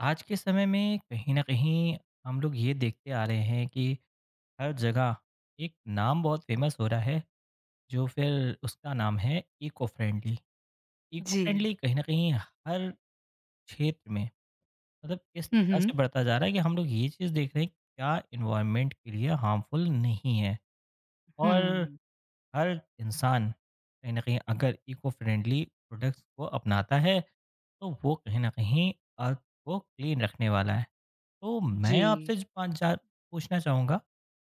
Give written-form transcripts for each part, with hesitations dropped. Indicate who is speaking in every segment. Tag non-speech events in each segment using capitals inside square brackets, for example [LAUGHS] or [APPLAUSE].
Speaker 1: आज के समय में कहीं न कहीं हम लोग ये देखते आ रहे हैं कि हर जगह एक नाम बहुत फ़ेमस हो रहा है, जो फिर उसका नाम है इको फ्रेंडली। इको
Speaker 2: जी।
Speaker 1: फ्रेंडली कहीं न कहीं हर क्षेत्र में मतलब इस
Speaker 2: हुँ,
Speaker 1: तरह
Speaker 2: हुँ।
Speaker 1: से बढ़ता जा रहा है कि हम लोग ये चीज़ देख रहे हैं कि क्या एनवायरनमेंट के लिए हार्मफुल नहीं है और
Speaker 2: हुँ।
Speaker 1: हर इंसान कहीं न कहीं अगर इको फ्रेंडली प्रोडक्ट्स को अपनाता है, तो वो कहीं न कहीं अर्थ को क्लीन रखने वाला है। तो
Speaker 2: जी।
Speaker 1: मैं आपसे ज पाँच चार पूछना चाहूँगा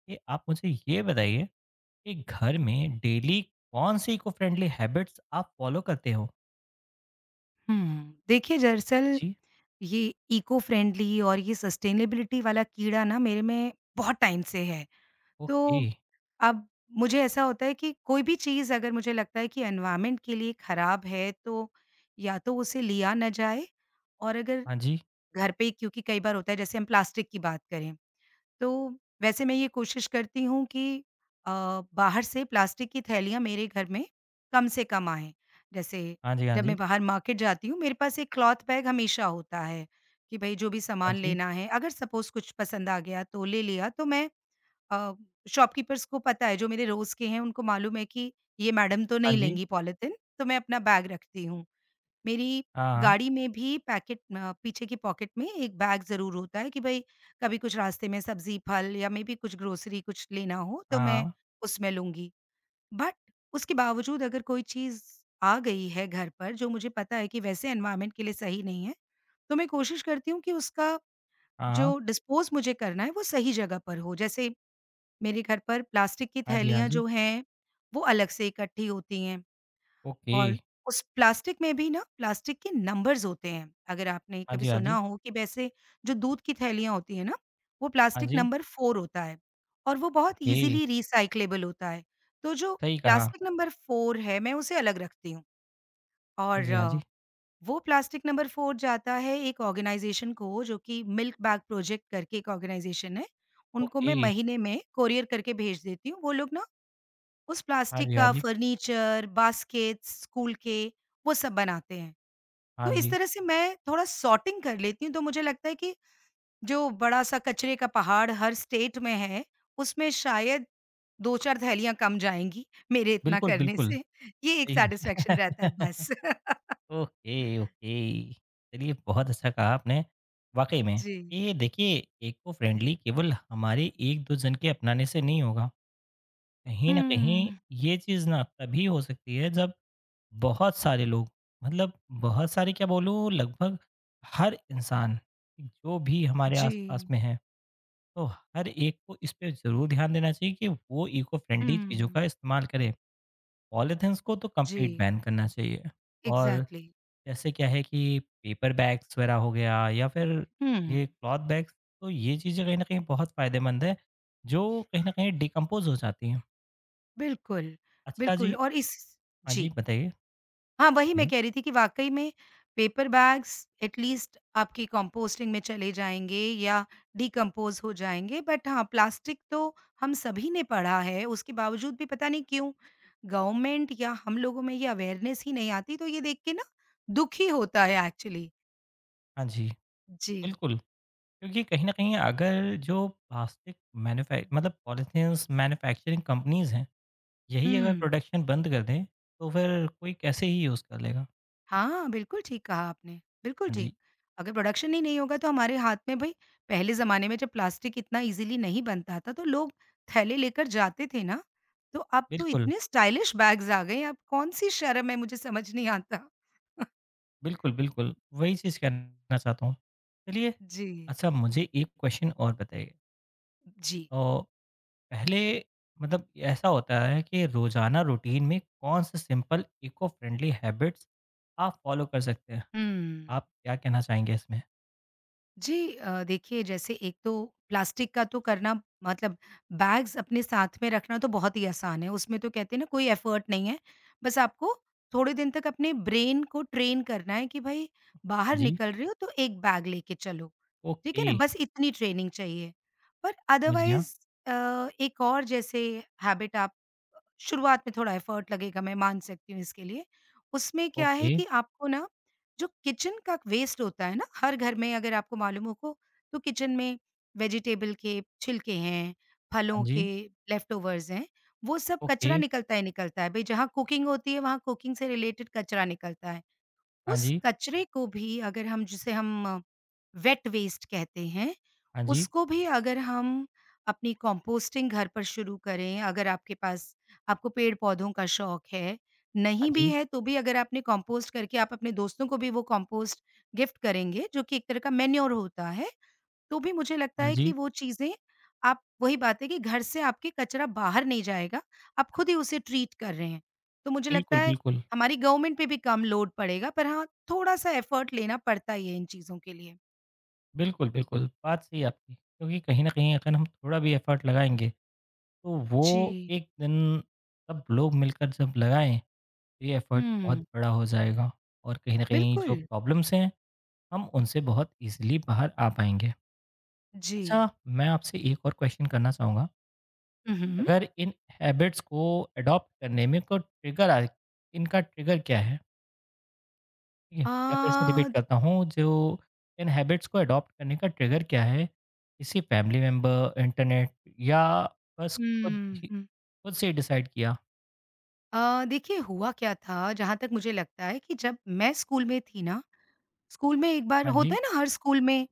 Speaker 1: कि आप मुझे ये बताइए कि घर में डेली कौन-सी इको-फ्रेंडली हैबिट्स आप फ़ॉलो करते हो?
Speaker 2: हुँ। देखिए, दरअसल
Speaker 1: जी।
Speaker 2: ये इको फ्रेंडली और ये सस्टेनेबिलिटी वाला कीड़ा ना मेरे में बहुत टाइम से है। तो
Speaker 1: ओके।
Speaker 2: अब मुझे ऐसा होता है कि कोई भी चीज़ अगर मुझे लगता है कि एनवायरनमेंट के लिए ख़राब है, तो या तो उसे लिया ना जाए, और अगर
Speaker 1: हाँ जी।
Speaker 2: घर पे, क्योंकि कई बार होता है, जैसे हम प्लास्टिक की बात करें, तो वैसे मैं ये कोशिश करती हूँ कि अ, बाहर से प्लास्टिक की थैलियाँ मेरे घर में कम से कम आएँ। जैसे
Speaker 1: हाँ जी, हाँ
Speaker 2: जब
Speaker 1: जी।
Speaker 2: मैं बाहर मार्केट जाती हूँ, मेरे पास एक क्लॉथ बैग हमेशा होता है कि भई जो भी
Speaker 1: हाँ
Speaker 2: सामान
Speaker 1: जी,
Speaker 2: लेना है, अगर सपोज़ कुछ पसंद आ गया तो ले लिया, तो मैं अ, शॉपकीपर्स को पता है, जो मेरे रोज़ के हैं, उनको मालूम है कि ये मैडम तो
Speaker 1: हाँ
Speaker 2: नहीं
Speaker 1: जी।
Speaker 2: लेंगी पॉलीथिन, तो मैं अपना बैग रखती हूँ। मेरी
Speaker 1: हाँ, हाँ।
Speaker 2: गाड़ी में भी पैकेट, पीछे की पॉकेट में एक बैग ज़रूर होता है कि भई कभी कुछ रास्ते में सब्ज़ी, फल या मेबी कुछ ग्रोसरी कुछ लेना हो तो
Speaker 1: हाँ,
Speaker 2: मैं
Speaker 1: हाँ।
Speaker 2: उसमें लूँगी। बट उसके बावजूद अगर कोई चीज़ आ गई है घर पर, जो मुझे पता है कि वैसे एनवायरनमेंट के लिए सही नहीं है, तो मैं कोशिश करती हूँ कि उसका
Speaker 1: हाँ
Speaker 2: जो डिस्पोज़ मुझे करना है, वो सही जगह पर हो। जैसे मेरे घर पर प्लास्टिक की
Speaker 1: हाँ जी, हाँ
Speaker 2: थैलियाँ
Speaker 1: जी।
Speaker 2: जो हैं, वो अलग से इकट्ठी होती हैं।
Speaker 1: ओके।
Speaker 2: और उस प्लास्टिक में भी ना प्लास्टिक के नंबर्स होते हैं। अगर आपने
Speaker 1: हाँ
Speaker 2: कभी
Speaker 1: जी, हाँ
Speaker 2: सुना
Speaker 1: जी।
Speaker 2: हो कि वैसे जो दूध की थैलियाँ होती हैं ना, वो
Speaker 1: हाँ
Speaker 2: प्लास्टिक
Speaker 1: जी।
Speaker 2: नंबर 4 होता है, और वो बहुत
Speaker 1: ओके।
Speaker 2: ईज़िली रिसाइक्लेबल होता है। तो जो
Speaker 1: सही कहा।
Speaker 2: प्लास्टिक नंबर 4 है, मैं उसे अलग रखती हूँ,
Speaker 1: हाँ
Speaker 2: और
Speaker 1: जी, हाँ जी।
Speaker 2: वो प्लास्टिक नंबर 4 जाता है एक ऑर्गेनाइज़ेशन को, जो कि मिल्क बैग प्रोजेक्ट करके एक ऑर्गेनाइज़ेशन है। उनको मैं
Speaker 1: ओके।
Speaker 2: महीने में कोरियर करके भेज देती हूँ। वो लोग ना उस
Speaker 1: हाँ
Speaker 2: प्लास्टिक
Speaker 1: जी, हाँ
Speaker 2: का
Speaker 1: जी।
Speaker 2: फर्नीचर, बास्केट्स स्कूल के, वो सब बनाते हैं।
Speaker 1: हाँ
Speaker 2: तो इस
Speaker 1: जी।
Speaker 2: तरह से मैं थोड़ा सॉर्टिंग कर लेती हूँ, तो मुझे लगता है कि जो बड़ा-सा कचरे का पहाड़ हर स्टेट में है, उसमें शायद 2-4 थैलियाँ कम जाएँगी, मेरे इतना
Speaker 1: बिल्कुल,
Speaker 2: करने
Speaker 1: बिल्कुल।
Speaker 2: से। ये एक
Speaker 1: सही
Speaker 2: सैटिस्फैक्शन रहता है
Speaker 1: [LAUGHS]
Speaker 2: बस। [LAUGHS]
Speaker 1: Okay, okay. चलिए बहुत अच्छा कहा आपने, वाक़ई में।
Speaker 2: जी।
Speaker 1: ये देखिए इको फ्रेंडली केवल हमारे 1-2 जन के अपनाने से नहीं होगा। कहीं न कहीं
Speaker 2: हुँ।
Speaker 1: ये चीज़ ना तभी हो सकती है जब बहुत सारे लोग मतलब बहुत सारे क्या बोलूँ लगभग हर इंसान, जो भी हमारे
Speaker 2: जी।
Speaker 1: आस-पास में है, तो हर एक को इस पे ज़रूर ध्यान देना चाहिए कि वो इको फ्रेंडली चीज़ों
Speaker 2: हुँ।
Speaker 1: का इस्तेमाल करे। पॉलीथिन्स को तो कंप्लीट
Speaker 2: जी,
Speaker 1: बैन करना चाहिए और
Speaker 2: एग्ज़ैक्टली।
Speaker 1: जैसे क्या है कि पेपर बैग्स वगैरह हो गया या फिर ये
Speaker 2: हुँ।
Speaker 1: क्लॉथ बैग्स, तो ये चीज़ें कहीं न कहीं बहुत फ़ायदेमंद है, जो कहीं न कहीं डिकम्पोज़ हो जाती हैं।
Speaker 2: बिल्कुल,
Speaker 1: अच्छा जी
Speaker 2: बिल्कुल और इस।
Speaker 1: हाँ जी,
Speaker 2: जी।
Speaker 1: बताइए,
Speaker 2: हाँ, वही मैं
Speaker 1: बताइए।
Speaker 2: कह रही थी कि वाक़ई में पेपर बैग्स एट लीस्ट आपकी कंपोस्टिंग में चले जाएँगे या डिकम्पोज़ हो जाएँगे, बट हाँ, प्लास्टिक तो हम सभी ने पढ़ा है, उसके बावजूद भी पता नहीं क्यों गवर्नमेंट या हम लोगों में ये अवेयरनेस ही नहीं आती, तो ये देख के ना दुःख ही होता है एक्चुअली।
Speaker 1: हाँ जी,
Speaker 2: जी।
Speaker 1: बिल्कुल, क्योंकि कहीं न कहीं अगर जो प्लास्टिक मैन्युफै मतलब पॉलिथीन्स मैन्युफैक्चरिंग कंपनीज़ हैं, यही अगर
Speaker 2: हुँ।
Speaker 1: प्रोडक्शन बंद कर दें, तो फिर कोई कैसे ही यूज़ कर लेगा?
Speaker 2: हाँ, बिल्कुल ठीक कहा आपने, बिल्कुल
Speaker 1: हाँ जी,
Speaker 2: ठीक। अगर प्रोडक्शन ही नहीं होगा तो हमारे हाथ में भई, पहले ज़माने में जब प्लास्टिक इतना ईज़िली नहीं बनता था तो लोग थैले लेकर जाते थे ना, तो अब तो
Speaker 1: बिल्कुल,
Speaker 2: इतने स्टाइलिश बैग्स आ गए हैं, अब कौन-सी शर्म है, मुझे समझ नहीं आता। [LAUGHS]
Speaker 1: बिल्कुल, बिल्कुल, वही चीज़ कहना चाहता हूँ। चलिए,
Speaker 2: जी,
Speaker 1: अच्छा मुझे एक क्वेश्चन और बताइए।
Speaker 2: जी।
Speaker 1: तो पहले मतलब ऐसा होता है कि रोजाना रूटीन में कौन से सिंपल इको फ्रेंडली हैबिट्स आप फॉलो कर सकते हैं?
Speaker 2: हुँ।
Speaker 1: आप क्या कहना चाहेंगे इसमें?
Speaker 2: जी, देखिए, जैसे एक तो प्लास्टिक का तो करना, मतलब बैग्स अपने साथ में रखना तो बहुत ही आसान है, उसमें तो कहते हैं ना, कोई एफर्ट नहीं है। बस आपको थोड़े दिन तक अपने ब्रेन को ट्रेन करना है कि भई
Speaker 1: हाँ
Speaker 2: बाहर
Speaker 1: जी,
Speaker 2: निकल रहे हो तो एक बैग लेके चलो, ठीक है
Speaker 1: ओके,
Speaker 2: ना? बस इतनी ट्रेनिंग चाहिए। पर
Speaker 1: समझ गया।
Speaker 2: अदरवाइज़ एक और जैसे हैबिट आप, शुरुआत में थोड़ा एफर्ट लगेगा, मैं मान सकती हूँ इसके लिए। उसमें क्या है
Speaker 1: ओके,
Speaker 2: कि आपको ना जो किचन का वेस्ट होता है ना हर घर में, अगर आपको मालूम हो को, तो किचन में वेजिटेबल के छिलके हैं,
Speaker 1: हाँ
Speaker 2: फलों के
Speaker 1: जी,
Speaker 2: लेफ्ट ओवर्स हैं, वो सब
Speaker 1: ओके,
Speaker 2: कचरा निकलता ही निकलता है। भई जहाँ कुकिंग होती है वहाँ कुकिंग से रिलेटेड कचरा निकलता है।
Speaker 1: हाँ
Speaker 2: उस
Speaker 1: जी,
Speaker 2: कचरे को भी, अगर हम, जिसे हम वेट वेस्ट कहते हैं,
Speaker 1: हाँ जी,
Speaker 2: उसको भी अगर हम अपनी कंपोस्टिंग घर पर शुरू करें, अगर आपके पास, आपको पेड़-पौधों का शौक है,
Speaker 1: हाँ
Speaker 2: नहीं
Speaker 1: जी,
Speaker 2: भी है तो भी अगर आपने कंपोस्ट करके आप अपने दोस्तों को भी वो कंपोस्ट गिफ्ट करेंगे, जो कि एक तरह का मैन्योर होता है। तो भी मुझे लगता
Speaker 1: हाँ
Speaker 2: है
Speaker 1: जी।
Speaker 2: कि वो चीज़ें, आप, वही बात है कि घर से आपके कचरा बाहर नहीं जाएगा, आप खुद ही उसे ट्रीट कर रहे हैं। तो मुझे लगता
Speaker 1: बिल्कुल,
Speaker 2: है
Speaker 1: बिल्कुल,
Speaker 2: हमारी गवर्नमेंट पे भी कम लोड पड़ेगा, पर हाँ, थोड़ा-सा एफर्ट लेना पड़ता ही है इन चीज़ों के लिए।
Speaker 1: बिल्कुल, बिल्कुल, बात सही है आपकी क्योंकि कहीं न कहीं अगर हम थोड़ा भी एफर्ट लगाएँगे, तो वो
Speaker 2: जी।
Speaker 1: एक दिन सब लोग मिलकर जब लगाएँ, तो ये एफर्ट बहुत
Speaker 2: हुँ।
Speaker 1: बड़ा हो जाएगा और कहीं न कहीं
Speaker 2: बिल्कुल,
Speaker 1: जो प्रॉब्लम्स हैं हम उनसे बहुत ईज़िली बाहर आ पाएँगे।
Speaker 2: जी।
Speaker 1: अच्छा, मैं आपसे एक और क्वेश्चन करना चाहूँगा,
Speaker 2: हुँ, हुँ।
Speaker 1: अगर इन हैबिट्स को अडॉप्ट करने में कोई ट्रिगर आए, इनका ट्रिगर क्या है? ठीक है?
Speaker 2: अ,
Speaker 1: मैं फिर से रिपीट करता हूँ, जो इन हैबिट्स को अडॉप्ट करने का ट्रिगर क्या है? किसी फैमिली मेंबर, इंटरनेट या बस खुद
Speaker 2: हुँ,
Speaker 1: ही
Speaker 2: हुँ।
Speaker 1: खुद से ही डिसाइड किया?
Speaker 2: देखिए, हुआ क्या था, जहाँ तक मुझे लगता है कि जब मैं स्कूल में थी ना, स्कूल में एक बार
Speaker 1: हाँ
Speaker 2: होता
Speaker 1: जी,
Speaker 2: है ना हर स्कूल में,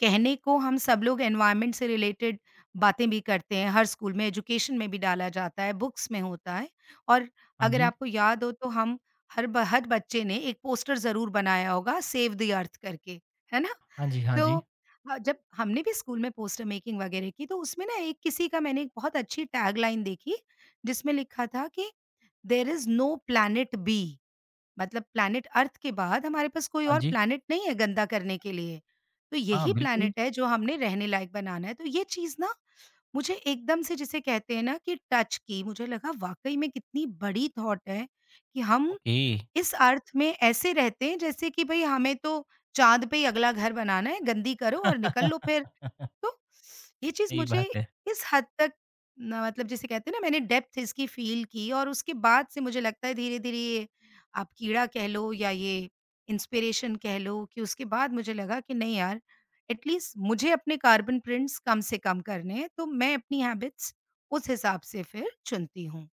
Speaker 2: कहने को हम सब लोग एनवायरनमेंट से रिलेटेड बातें भी करते हैं। हर स्कूल में एजुकेशन में भी डाला जाता है, बुक्स में होता है, और
Speaker 1: हाँ
Speaker 2: अगर
Speaker 1: जी,
Speaker 2: आपको याद हो तो हम, हर बच्चे ने एक पोस्टर ज़रूर बनाया होगा सेव द अर्थ करके, है ना?
Speaker 1: हाँ जी, हाँ
Speaker 2: तो
Speaker 1: जी,
Speaker 2: जब हमने भी स्कूल में पोस्टर मेकिंग वगैरह की, तो उसमें ना एक किसी का, मैंने एक बहुत अच्छी टैगलाइन देखी, जिसमें लिखा था कि there is no planet B. मतलब प्लैनेट अर्थ के बाद हमारे पास कोई
Speaker 1: हाँ
Speaker 2: और
Speaker 1: जी,
Speaker 2: प्लैनेट नहीं है गंदा करने के लिए। तो
Speaker 1: हाँ,
Speaker 2: यही
Speaker 1: बिल्कुल,
Speaker 2: प्लैनेट है जो हमने रहने लायक बनाना है। तो ये चीज़ ना, मुझे एकदम से, जिसे कहते हैं ना, कि टच की, मुझे लगा वाक़ई में कितनी बड़ी थॉट है कि हम
Speaker 1: ओके।
Speaker 2: इस अर्थ में ऐसे रहते हैं, जैसे कि भई हमें तो चाँद पे ही अगला घर बनाना है, गंदी करो और निकल लो
Speaker 1: [LAUGHS]
Speaker 2: फिर। तो ये चीज़
Speaker 1: सही
Speaker 2: मुझे,
Speaker 1: बात है,
Speaker 2: इस हद तक ना, मतलब जिसे कहते हैं ना, मैंने डेप्थ इसकी फ़ील की, और उसके बाद से मुझे लगता है धीरे-धीरे ये, आप कीड़ा कह लो या ये इंस्पिरेशन कह लो, कि उसके बाद मुझे लगा कि नहीं यार, एट लीस्ट मुझे अपने कार्बन प्रिंट्स कम से कम करने हैं, तो मैं अपनी हैबिट्स उस हिसाब से फिर चुनती हूँ।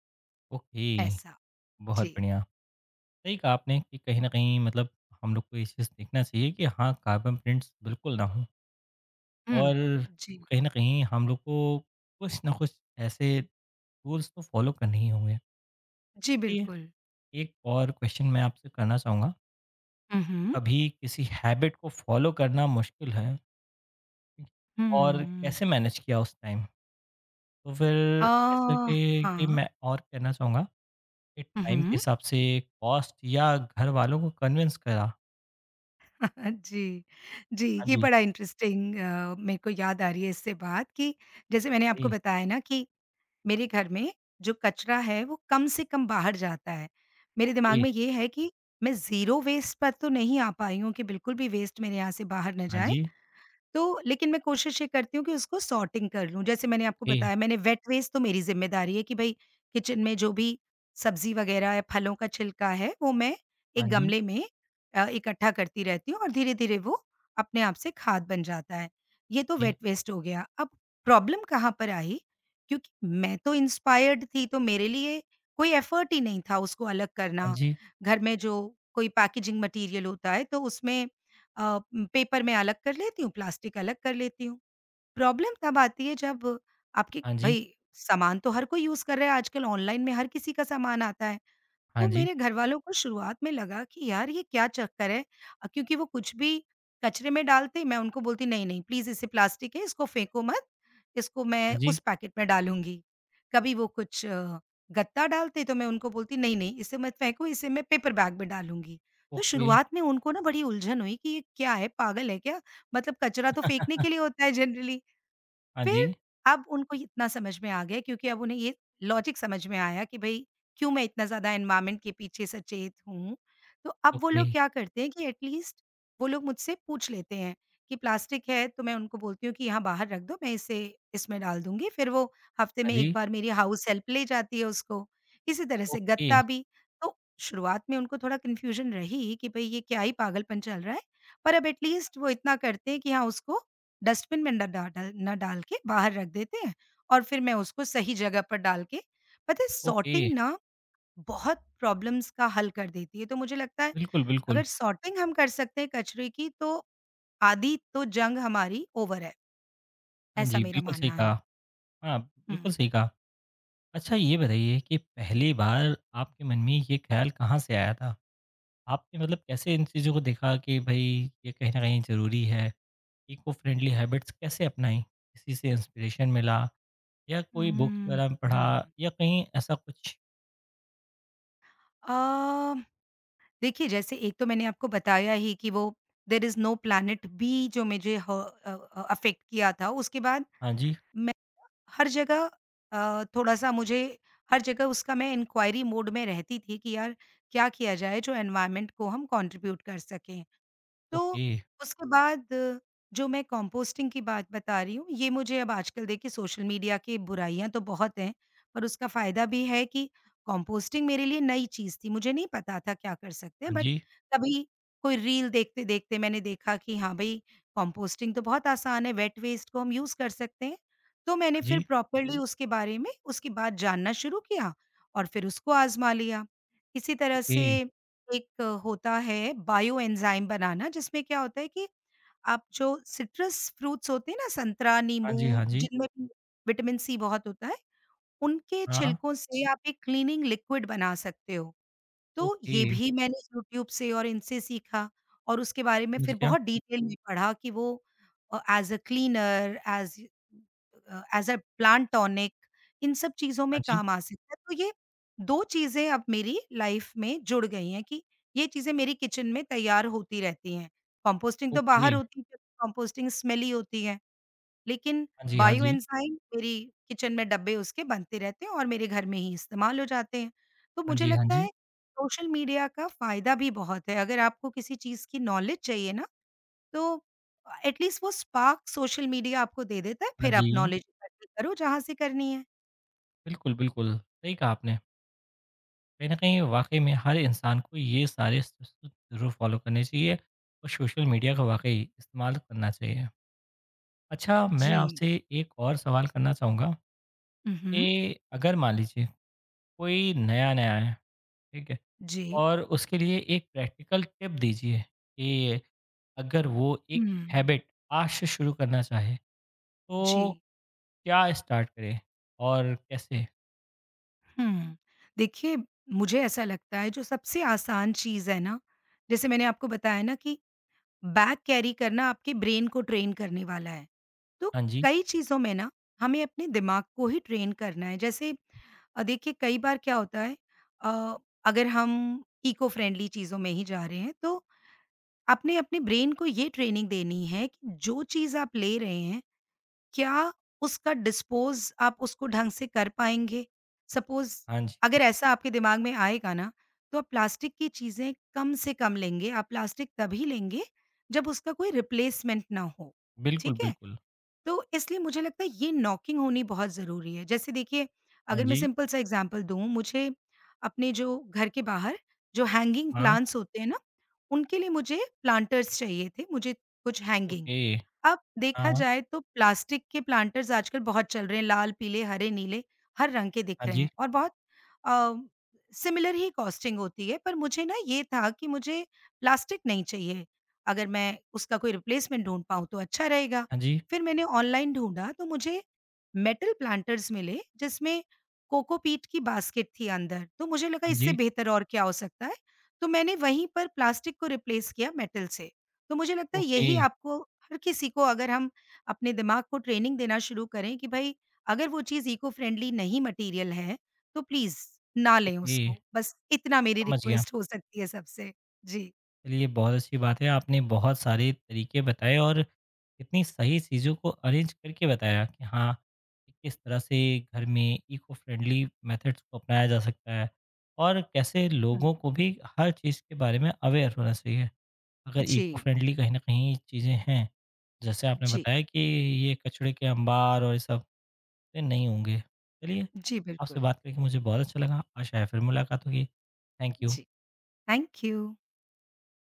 Speaker 1: ओके,
Speaker 2: ऐसा।
Speaker 1: बहुत
Speaker 2: जी।
Speaker 1: बढ़िया। सही कहा आपने कि कहीं न कहीं मतलब हम लोग को ये चीज़ देखना चाहिए कि हाँ, कार्बन प्रिंट्स बिल्कुल ना हों
Speaker 2: हुँ।
Speaker 1: और
Speaker 2: जी।
Speaker 1: कहीं न कहीं हम लोग को कुछ ना कुछ ऐसे रूल्स तो फ़ॉलो करने ही होंगे।
Speaker 2: जी,
Speaker 1: चलिए,
Speaker 2: बिल्कुल।
Speaker 1: एक और क्वेश्चन मैं आपसे करना चाहूँगा,
Speaker 2: हुँ, हुँ।
Speaker 1: कभी किसी हैबिट को फ़ॉलो करना मुश्किल है ठीक, और
Speaker 2: हुँ।
Speaker 1: कैसे मैनेज किया उस टाइम? तो फिर
Speaker 2: अ,
Speaker 1: जैसे कि
Speaker 2: हाँ।
Speaker 1: मैं और कहना चाहूँगा कि
Speaker 2: हुँ,
Speaker 1: टाइम के
Speaker 2: हुँ।
Speaker 1: हिसाब से कॉस्ट या घरवालों को कन्विंस करा?
Speaker 2: जी। जी,
Speaker 1: हाँ
Speaker 2: ये
Speaker 1: जी,
Speaker 2: बड़ा इंटरेस्टिंग, मेरे को याद आ रही है इससे बात, कि जैसे मैंने आपको
Speaker 1: जी,
Speaker 2: बताया ना कि मेरे घर में जो कचरा है वो कम से कम बाहर जाता है। मेरे दिमाग
Speaker 1: जी,
Speaker 2: में ये है कि मैं ज़ीरो वेस्ट पर तो नहीं आ पाई हूँ कि बिल्कुल भी वेस्ट मेरे यहाँ से बाहर ना
Speaker 1: हाँ
Speaker 2: जाए।
Speaker 1: जी,
Speaker 2: तो लेकिन मैं कोशिश ये करती हूँ कि उसको सॉर्टिंग कर लूँ। जैसे मैंने आपको
Speaker 1: ओके।
Speaker 2: बताया, मैंने वेट वेस्ट तो, मेरी ज़िम्मेदारी है कि भई किचन में जो भी सब्ज़ी वग़ैरह या फलों का छिलका है, वो मैं
Speaker 1: हाँ
Speaker 2: एक
Speaker 1: जी,
Speaker 2: गमले में इकट्ठा करती रहती हूँ, और धीरे-धीरे वो अपने आप से खाद बन जाता है। ये तो
Speaker 1: जी।
Speaker 2: वेट वेस्ट हो गया। अब प्रॉब्लम कहाँ पर आई, क्योंकि मैं तो इंस्पायर्ड थी, तो मेरे लिए कोई एफर्ट ही नहीं था उसको अलग
Speaker 1: हाँ
Speaker 2: करना।
Speaker 1: जी,
Speaker 2: घर में जो कोई पैकेजिंग मटीरियल होता है, तो उसमें अ, पेपर मैं अलग कर लेती हूँ, प्लास्टिक अलग कर लेती हूँ। प्रॉब्लम तब आती है जब आपकी,
Speaker 1: हाँ जी,
Speaker 2: भई सामान तो हर कोई यूज़ कर रहा है आजकल, ऑनलाइन में हर किसी का सामान आता है।
Speaker 1: हाँ
Speaker 2: तो
Speaker 1: जी,
Speaker 2: मेरे घरवालों को शुरुआत में लगा कि यार ये क्या चक्कर है, क्योंकि वो कुछ भी कचरे में डालते, मैं उनको बोलती, नहीं नहीं, प्लीज इसे, प्लास्टिक है, इसको फेंको मत, इसको मैं
Speaker 1: हाँ
Speaker 2: उस
Speaker 1: जी,
Speaker 2: पैकेट में डालूंगी। कभी वो कुछ गत्ता डालते, तो मैं उनको बोलती नहीं नहीं, इसे मत फेंको, इसे मैं पेपर बैग में डालूंगी। तो
Speaker 1: ओके,
Speaker 2: शुरुआत में उनको ना बड़ी उलझन हुई कि ये क्या है, पागल है क्या, मतलब कचरा तो फेंकने के लिए होता है जनरली।
Speaker 1: हाँ
Speaker 2: फिर
Speaker 1: जी,
Speaker 2: अब उनको इतना समझ में आ गया, क्योंकि अब उन्हें ये लॉजिक समझ में आया कि भई क्यों मैं इतना ज़्यादा एनवायरनमेंट के पीछे सचेत हूँ। तो अब वो
Speaker 1: ओके,
Speaker 2: लोग क्या करते हैं कि एटलीस्ट वो लोग मुझसे पूछ लेते हैं कि प्लास्टिक है, तो मैं उनको बोलती हूँ कि यहाँ बाहर रख दो, मैं इसे इसमें डाल दूँगी। फिर वो, हफ्ते
Speaker 1: हाँ
Speaker 2: में 1
Speaker 1: जी,
Speaker 2: बार मेरी हाउस हेल्प ले जाती है उसको। इसी तरह से
Speaker 1: ओके,
Speaker 2: गत्ता भी। तो शुरुआत में उनको थोड़ा कन्फ्यूज़न रही कि भई ये क्या ही पागलपन चल रहा है। पर अब एटलीस्ट वो इतना करते हैं कि हाँ उसको डस्टबिन में ना डा डा ना डाल के बाहर रख देते हैं, और फिर मैं उसको सही जगह पर डाल के, पता है
Speaker 1: ओके।
Speaker 2: सॉर्टिंग ना बहुत प्रॉब्लम्स का हल कर देती है। तो मुझे लगता है
Speaker 1: बिल्कुल, बिल्कुल।
Speaker 2: अगर सॉर्टिंग हम कर सकते हैं कचरे की, तो आधी तो जंग हमारी ओवर है,
Speaker 1: हाँ
Speaker 2: ऐसा
Speaker 1: जी,
Speaker 2: मेरा
Speaker 1: बिल्कुल सही
Speaker 2: मानना है।
Speaker 1: कहा। हाँ,
Speaker 2: हुँ।
Speaker 1: बिल्कुल सही कहा। अच्छा ये बताइए कि पहली बार आपके मन में ये ख़्याल कहाँ से आया था? आपने मतलब कैसे इन चीज़ों को देखा कि भई ये कहीं न कहीं ज़रूरी है? इको फ्रेंडली हैबिट्स कैसे अपनाई? किसी से इंस्पिरेशन मिला या कोई बुक्स
Speaker 2: हुँ,
Speaker 1: वगैरह में पढ़ा
Speaker 2: हुँ।
Speaker 1: या कहीं ऐसा कुछ?
Speaker 2: अ, देखिए, जैसे एक तो मैंने आपको बताया ही कि वो there is no planet B जो मुझे अफ़ेक्ट किया था। उसके बाद
Speaker 1: हाँ जी,
Speaker 2: हर जगह थोड़ा-सा मुझे, हर जगह उसका मैं इंक्वायरी मोड में रहती थी कि यार, क्या किया जाए जो एनवायरनमेंट को हम कंट्रीब्यूट कर सकें। तो
Speaker 1: ओके,
Speaker 2: उसके बाद जो मैं कंपोस्टिंग की बात बता रही हूँ, ये मुझे अब आजकल देखिए, सोशल मीडिया की बुराइयाँ तो बहुत हैं, पर उसका फ़ायदा भी है कि कंपोस्टिंग मेरे लिए नई चीज़ थी, मुझे नहीं पता था क्या कर सकते हैं,
Speaker 1: हाँ
Speaker 2: बट
Speaker 1: जी,
Speaker 2: कभी कोई रील देखते-देखते मैंने देखा कि हाँ भई, कंपोस्टिंग तो बहुत आसान है, वेट वेस्ट को हम यूज़ कर सकते हैं। तो
Speaker 1: हाँ
Speaker 2: मैंने फिर
Speaker 1: जी,
Speaker 2: प्रॉपरली जी। उसके बारे में उसके बाद जानना शुरू किया और फिर उसको आज़मा लिया। इसी तरह
Speaker 1: ओके।
Speaker 2: से एक होता है बायो एंजाइम बनाना जिसमें क्या होता है कि आप जो सिट्रस फ्रूट्स होते हैं ना, संतरा,
Speaker 1: हाँ जी, हाँ
Speaker 2: नींबू,
Speaker 1: जी।
Speaker 2: जिनमें भी विटामिन सी बहुत होता है, उनके
Speaker 1: हाँ,
Speaker 2: छिलकों से आप एक क्लीनिंग लिक्विड बना सकते हो। तो
Speaker 1: ओके,
Speaker 2: ये भी मैंने यूट्यूब से और इनसे सीखा और उसके बारे में
Speaker 1: समझ
Speaker 2: फिर
Speaker 1: गया।
Speaker 2: बहुत डिटेल में पढ़ा कि वो as a cleaner, as a plant tonic, इन सब चीज़ों
Speaker 1: हाँ
Speaker 2: में
Speaker 1: जी,
Speaker 2: काम आ सकता है। तो ये 2 चीज़ें अब मेरी लाइफ में जुड़ गई हैं कि ये चीज़ें मेरी किचन में तैयार होती रहती हैं। कंपोस्टिंग तो
Speaker 1: ओके।
Speaker 2: बाहर होती है क्योंकि कंपोस्टिंग स्मेली होती है। लेकिन
Speaker 1: हाँ जी, हाँ
Speaker 2: बायो
Speaker 1: जी।
Speaker 2: एंज़ाइम मेरी किचन में डब्बे उसके बनते रहते हैं और मेरे घर में ही इस्तेमाल हो जाते हैं। तो
Speaker 1: हाँ
Speaker 2: मुझे
Speaker 1: जी, हाँ
Speaker 2: लगता
Speaker 1: जी।
Speaker 2: है सोशल मीडिया का फ़ायदा भी बहुत है। अगर आपको किसी चीज़ की नॉलेज चाहिए ना, तो एट लीस्ट वो स्पार्क सोशल मीडिया आपको दे देता है,
Speaker 1: हाँ
Speaker 2: फिर आप
Speaker 1: जी,
Speaker 2: नॉलेज इकट्ठी करो जहाँ से करनी है।
Speaker 1: बिल्कुल, बिल्कुल, सही कहा आपने। कहीं न कहीं वाक़ई में हर इंसान को ये सारे ज़रूर फ़ॉलो करने चाहिए और सोशल मीडिया का वाक़ई इस्तेमाल करना चाहिए। अच्छा, मैं
Speaker 2: जी।
Speaker 1: आपसे एक और सवाल करना चाहूँगा
Speaker 2: उहुँ।
Speaker 1: कि अगर मान लीजिए कोई नया-नया है, ठीक है?
Speaker 2: जी।
Speaker 1: और उसके लिए एक प्रैक्टिकल टिप दीजिए कि अगर वो एक
Speaker 2: हुँ।
Speaker 1: हैबिट आज से शुरू करना चाहे,
Speaker 2: जी।
Speaker 1: तो क्या स्टार्ट करें और कैसे?
Speaker 2: हुँ। देखिए, मुझे ऐसा लगता है जो सबसे आसान चीज़ है ना, जैसे मैंने आपको बताया ना कि बैग कैरी करना आपके ब्रेन को ट्रेन करने वाला है। तो
Speaker 1: हाँ जी,
Speaker 2: कई चीज़ों में ना, हमें अपने दिमाग को ही ट्रेन करना है। जैसे देखिए, कई बार क्या होता है, अ, अगर हम इको फ्रेंडली चीज़ों में ही जा रहे हैं तो आपने अपने ब्रेन को ये ट्रेनिंग देनी है कि जो चीज़ आप ले रहे हैं, क्या उसका डिस्पोज़ आप उसको ढंग से कर पाएँगे? सपोज़
Speaker 1: हाँ जी।
Speaker 2: अगर ऐसा आपके दिमाग में आएगा ना, तो आप प्लास्टिक की चीज़ें कम से कम लेंगे। आप प्लास्टिक तभी लेंगे जब उसका कोई रिप्लेसमेंट ना हो,
Speaker 1: बिल्कुल,
Speaker 2: ठीक है?
Speaker 1: बिल्कुल।
Speaker 2: तो इसलिए मुझे लगता है ये नॉकिंग होनी बहुत ज़रूरी है। जैसे देखिए,
Speaker 1: हाँ
Speaker 2: अगर मैं
Speaker 1: जी,
Speaker 2: सिंपल सा एग्ज़ाम्पल दूँ, मुझे अपने जो घर के बाहर जो हैंगिंग
Speaker 1: हाँ,
Speaker 2: प्लांट्स होते हैं ना, उनके लिए मुझे प्लांटर्स चाहिए थे, मुझे कुछ हैंगिंग।
Speaker 1: ओके।
Speaker 2: अब
Speaker 1: हाँ,
Speaker 2: देखा
Speaker 1: हाँ।
Speaker 2: जाए तो प्लास्टिक के प्लांटर्स आजकल बहुत चल रहे हैं, लाल, पीले, हरे, नीले, हर रंग के दिख
Speaker 1: हाँ
Speaker 2: रहे
Speaker 1: जी,
Speaker 2: हैं और बहुत अ, सिमिलर ही कॉस्टिंग होती है, पर मुझे ना ये था कि मुझे प्लास्टिक नहीं चाहिए, अगर मैं उसका कोई रिप्लेसमेंट ढूँढ पाऊँ तो अच्छा रहेगा।
Speaker 1: हाँ जी,
Speaker 2: फिर मैंने ऑनलाइन ढूँढा तो मुझे मेटल प्लांटर्स मिले, जिसमें कोकोपीट की बास्केट थी अंदर, तो मुझे लगा
Speaker 1: हाँ
Speaker 2: इससे
Speaker 1: जी।
Speaker 2: बेहतर और क्या हो सकता है? तो मैंने वहीं पर प्लास्टिक को रिप्लेस किया मेटल से, तो मुझे लगता है
Speaker 1: ओके,
Speaker 2: यही आपको, हर किसी को, अगर हम अपने दिमाग को ट्रेनिंग देना शुरू करें कि भाई, अगर वो चीज़ इको फ्रेंडली नहीं मटेरियल है तो प्लीज़ ना लें
Speaker 1: ओके,
Speaker 2: उसको। बस इतना मेरी
Speaker 1: समझ गया।
Speaker 2: रिक्वेस्ट हो सकती है सबसे। जी।
Speaker 1: चलिए बहुत अच्छी बात है, आपने बहुत सारे तरीके बताए और इतनी सही चीज़ों को अरेंज करके बताया कि हाँ, कि किस तरह से घर में इको फ्रेंडली मेथड्स को अपनाया जा सकता है और कैसे लोगों
Speaker 2: हुँ।
Speaker 1: को भी हर चीज़ के बारे में अवेयर होना चाहिए। अगर इको
Speaker 2: जी,
Speaker 1: फ्रेंडली कहीं न कहीं चीज़ें हैं, जैसे आपने
Speaker 2: जी।
Speaker 1: बताया कि ये कचड़े के अंबार और ये सब ये नहीं होंगे। चलिए,
Speaker 2: जी,
Speaker 1: आपसे
Speaker 2: बिल्कुल।
Speaker 1: बात करके मुझे बहुत अच्छा लगा, आशा है फिर मुलाकात होगी। Thank you.
Speaker 2: जी। Thank you.